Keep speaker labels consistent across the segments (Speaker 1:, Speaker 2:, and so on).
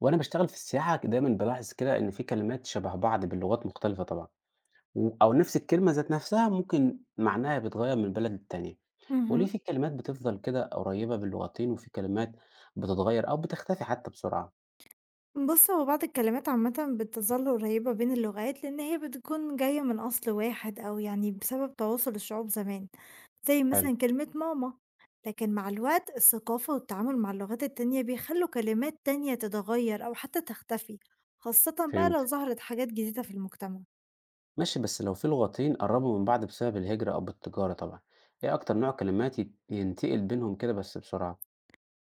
Speaker 1: وأنا باشتغل في السياحة ك دايمًا بالاحظ كده إن في كلمات شبه بعض باللغات مختلفة طبعًا، و أو نفس الكلمة ذات نفسها ممكن معناها بيتغيّر من بلد للتانية، هو ليه
Speaker 2: اهم.
Speaker 1: في كلمات بتفضل كده قريبة باللغتين وفي كلمات بتتغيّر أو بتختفي حتى بسرعة؟
Speaker 2: بُص، هو بعض الكلمات عامةً بتظل قريبة بين اللغات، لإن هي بتكون جاية من أصل واحد أو يعني بسبب تواصل الشعوب زمان، زي
Speaker 1: حلو،
Speaker 2: مثلًا كلمة ماما. لكن مع الوقت الثقافة والتعامل مع اللغات التانية بيخلّوا كلمات تانية تتغير أو حتى تختفي، خاصةً بقى
Speaker 1: فهمت،
Speaker 2: لو ظهرت حاجات جديدة في المجتمع.
Speaker 1: ماشي بس لو في لغتين قرّبوا من بعض بسبب الهجرة أو بالتجارة طبعًا، إيه أكتر نوع كلمات ينتقل بينهم كده بس بسرعة؟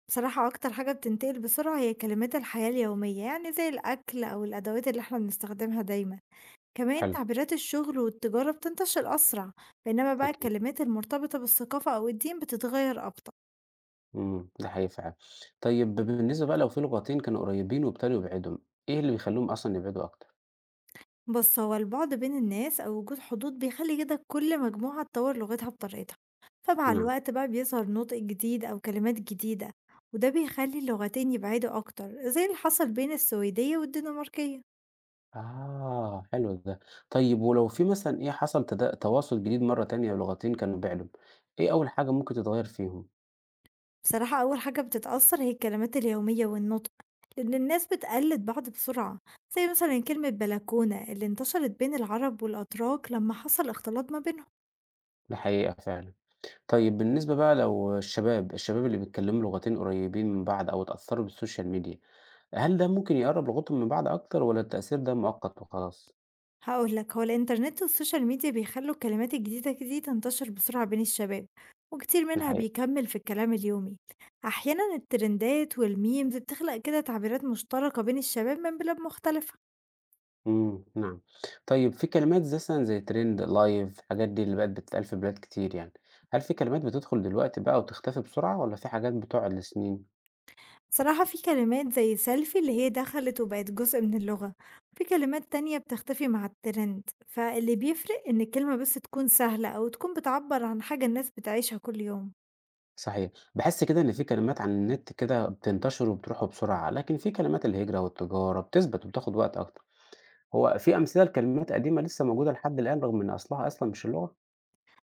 Speaker 2: بصراحة أكتر حاجة بتنتقل بسرعة هي كلمات الحياة اليومية، يعني زي الأكل أو الأدوات اللي إحنا بنستخدمها دايمًا. كمان
Speaker 1: حلو،
Speaker 2: تعبيرات الشغل والتجارة بتنتشر أسرع، بينما بقى
Speaker 1: أكيد،
Speaker 2: الكلمات المرتبطة بالثقافة أو الدين بتتغير أبطأ.
Speaker 1: ده حقيقي فعلًا. طيب بالنسبة بقى لو في لغتين كانوا قريبين وابتدوا يبعدوا، إيه اللي بيخلّيهم أصلًا يبعدوا أكتر؟
Speaker 2: بس هو البعد بين الناس أو وجود حدود بيخلي كده كل مجموعة تطور لغتها بطريقتها، فمع
Speaker 1: نعم.
Speaker 2: الوقت بقى بيظهر نطق جديد أو كلمات جديدة، وده بيخلي اللغتين يبعدوا أكتر زي اللي حصل بين السويدية والدنماركية.
Speaker 1: آه، حلو ده. طيب ولو في مثلًا إيه حصل تواصل جديد مرّة تانية لغتين كانوا بيعلوا، إيه أول حاجة ممكن تتغيّر فيهم؟
Speaker 2: بصراحة أول حاجة بتتأثر هي الكلمات اليومية والنطق، لأن الناس بتقلد بعض بسرعة، زي مثلا كلمة بلكونة اللي انتشرت بين العرب والأتراك لما حصل اختلاط ما بينهم.
Speaker 1: دي حقيقة فعلًا. طيب بالنسبة بقى لو الشباب اللي بيتكلموا لغتين قريبين من بعض أو اتأثّروا بالسوشيال ميديا، هل ده ممكن يقرّب لغتهم من بعض أكتر والّا التأثير ده مؤقت وخلاص؟
Speaker 2: هقولك، هو الإنترنت والسوشيال ميديا بيخلوا الكلمات الجديدة دي تنتشر بسرعة بين الشباب، وكتير
Speaker 1: دي
Speaker 2: منها
Speaker 1: حقيقة.
Speaker 2: بيكمل في الكلام اليومي. أحيانا الترندات والميمز بتخلق كده تعبيرات مشتركة بين الشباب من بلاد مختلفة.
Speaker 1: إمم، نعم. طيب في كلمات زي مثلًا زي trend، live، الحاجات دي اللي بقت بتتقال في بلاد كتير يعني، هل في كلمات بتدخل دلوقتي بقى وتختفي بسرعة والّا في حاجات بتقعد لسنين؟
Speaker 2: بصراحة في كلمات زي سيلفي اللي هي دخلت وبقت جزء من اللغة، في كلمات تانية بتختفي مع الترند، فاللي بيفرق إن الكلمة بس تكون سهلة أو تكون بتعبر عن حاجة الناس بتعيشها كل يوم.
Speaker 1: صحيح. باحس كده إن في كلمات على النت كده بتنتشر وبتروح وبسرعة، لكن في كلمات الهجرة والتجارة بتثبت وبتاخد وقت أكتر. هو في أمثلة لكلمات قديمة لسه موجودة لحد الآن رغم إن أصلها أصلًا مش اللغة؟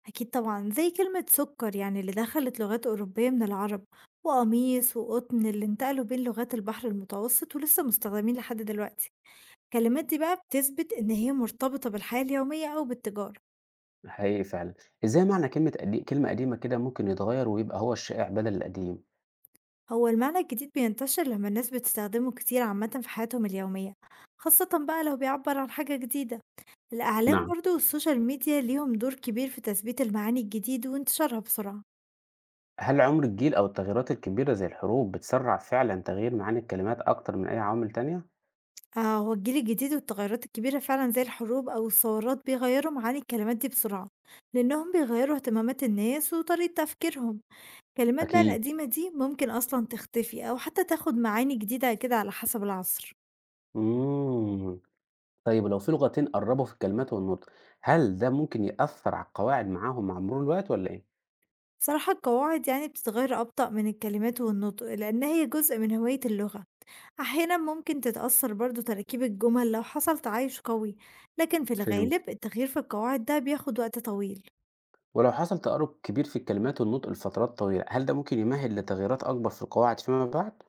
Speaker 2: أكيد طبعا زي كلمة سكر يعني اللي دخلت لغات أوروبية من العرب، وقميص وقطن اللي انتقلوا بين لغات البحر المتوسط ولسه مستخدمين لحد دلوقتي. الكلمات دي بقى بتثبت إن هي مرتبطة بالحياة اليومية أو بالتجارة.
Speaker 1: حقيقي فعلًا. إزاي معنى كلمة قديمة كده ممكن يتغير ويبقى هو الشائع بدل القديم؟
Speaker 2: هو المعنى الجديد بينتشر لما الناس بتستخدمه كتير عامة في حياتهم اليومية، خاصة بقى لو بيعبر عن حاجة جديدة. الإعلام
Speaker 1: نعم،
Speaker 2: برضو والسوشيال ميديا ليهم دور كبير في تثبيت المعاني الجديد وانتشارها بسرعة.
Speaker 1: هل عمر الجيل أو التغييرات الكبيرة زي الحروب بتسرّع فعلًا تغيير معاني الكلمات أكتر من أي عوامل تانية؟
Speaker 2: آه، هو الجيل الجديد والتغيرات الكبيرة فعلا زي الحروب أو الثورات بيغيروا معاني الكلمات دي بسرعة، لأنهم بيغيروا اهتمامات الناس وطريقة تفكيرهم. الكلمات بقى
Speaker 1: أكيد.
Speaker 2: القديمة دي ممكن أصلا تختفي أو حتى تاخد معاني جديدة كده على حسب العصر.
Speaker 1: إمم. طيب لو في لغتين قرّبوا في الكلمات والنطق، هل ده ممكن يأثّر على القواعد معاهم مع مرور الوقت والّا إيه؟
Speaker 2: صراحة القواعد يعني بتتغير أبطأ من الكلمات والنطق، لأن هي جزء من هوية اللغة. أحيانا ممكن تتأثر برضو تركيب الجمل لو حصل تعايش قوي، لكن في
Speaker 1: فهمتِك،
Speaker 2: الغالب التغيير في القواعد ده بياخد وقت طويل.
Speaker 1: ولو حصل تقارب كبير في الكلمات والنطق لفترات طويلة، هل ده ممكن يمهِّد لتغييرات أكبر في القواعد فيما بعد؟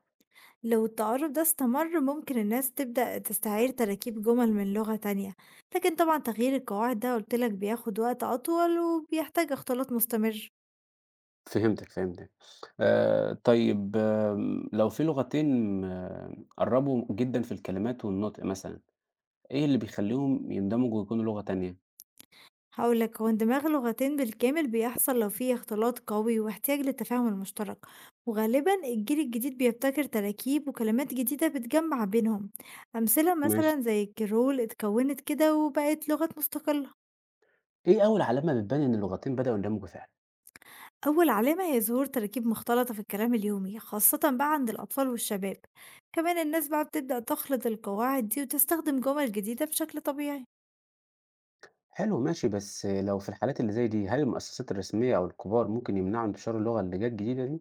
Speaker 2: لو التعارف ده استمر ممكن الناس تبدأ تستعير تركيب جمل من لغة تانية، لكن طبعا تغيير القواعد ده قلتلك بياخد وقت أطول وبيحتاج اختلاط مستمر.
Speaker 1: فهمتِك، فهمتِك. طيب لو في لغتين آه، قرّبوا جدًا في الكلمات والنطق مثلًا، إيه اللي بيخلّيهم يندمجوا ويكونوا لغة تانية؟
Speaker 2: هاقول لك، هو اندماج لغتين بالكامل بيحصل لو في اختلاط قوي واحتياج للتفاهم المشترك، وغالبًا الجيل الجديد بيبتكر تراكيب وكلمات جديدة بتجمع بينهم، أمثلة
Speaker 1: ماشي.
Speaker 2: مثلًا زي الكرول اتكونت كده وبقت لغة مستقلة.
Speaker 1: إيه أول علامة بتبان إن اللغتين بدأوا يندمجوا فعلًا؟
Speaker 2: أول علامة هي ظهور تراكيب مختلطة في الكلام اليومي خاصة بقى عند الأطفال والشباب، كمان الناس بقى بتبدأ تخلط القواعد دي وتستخدم جمل جديدة بشكل طبيعي.
Speaker 1: حلو ماشي، بس لو في الحالات اللي زي دي، هل المؤسسات الرسمية أو الكبار ممكن يمنعوا انتشار اللغة اللي جت جديدة دي؟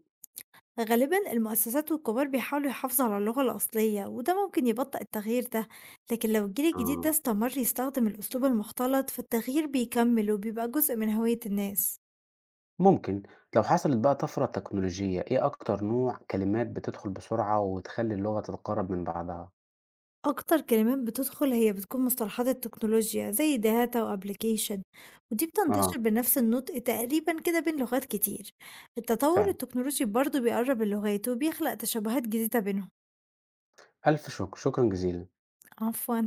Speaker 2: غالبا المؤسسات والكبار بيحاولوا يحافظوا على اللغة الأصلية، وده ممكن يبطئ التغيير ده، لكن لو الجيل الجديد ده
Speaker 1: آه،
Speaker 2: استمر يستخدم الأسلوب المختلط فالتغيير بيكمل وبيبقى جزء من هوية الناس.
Speaker 1: ممكن، لو حصلت بقى طفرة تكنولوجية، إيه أكتر نوع كلمات بتدخل بسرعة وتخلي اللغة تتقرب من بعضها؟
Speaker 2: أكتر كلمات بتدخل هي بتكون مصطلحات التكنولوجيا زي داتا وابليكيشن، ودي
Speaker 1: آه،
Speaker 2: بتنتشر بنفس النطق تقريبا كده بين لغات كتير. التطور
Speaker 1: فعلًا،
Speaker 2: التكنولوجي برضه بيقرب اللغات وبيخلق تشابهات جديدة بينهم.
Speaker 1: ألف شكر، شكرًا جزيلًا.
Speaker 2: عفوا.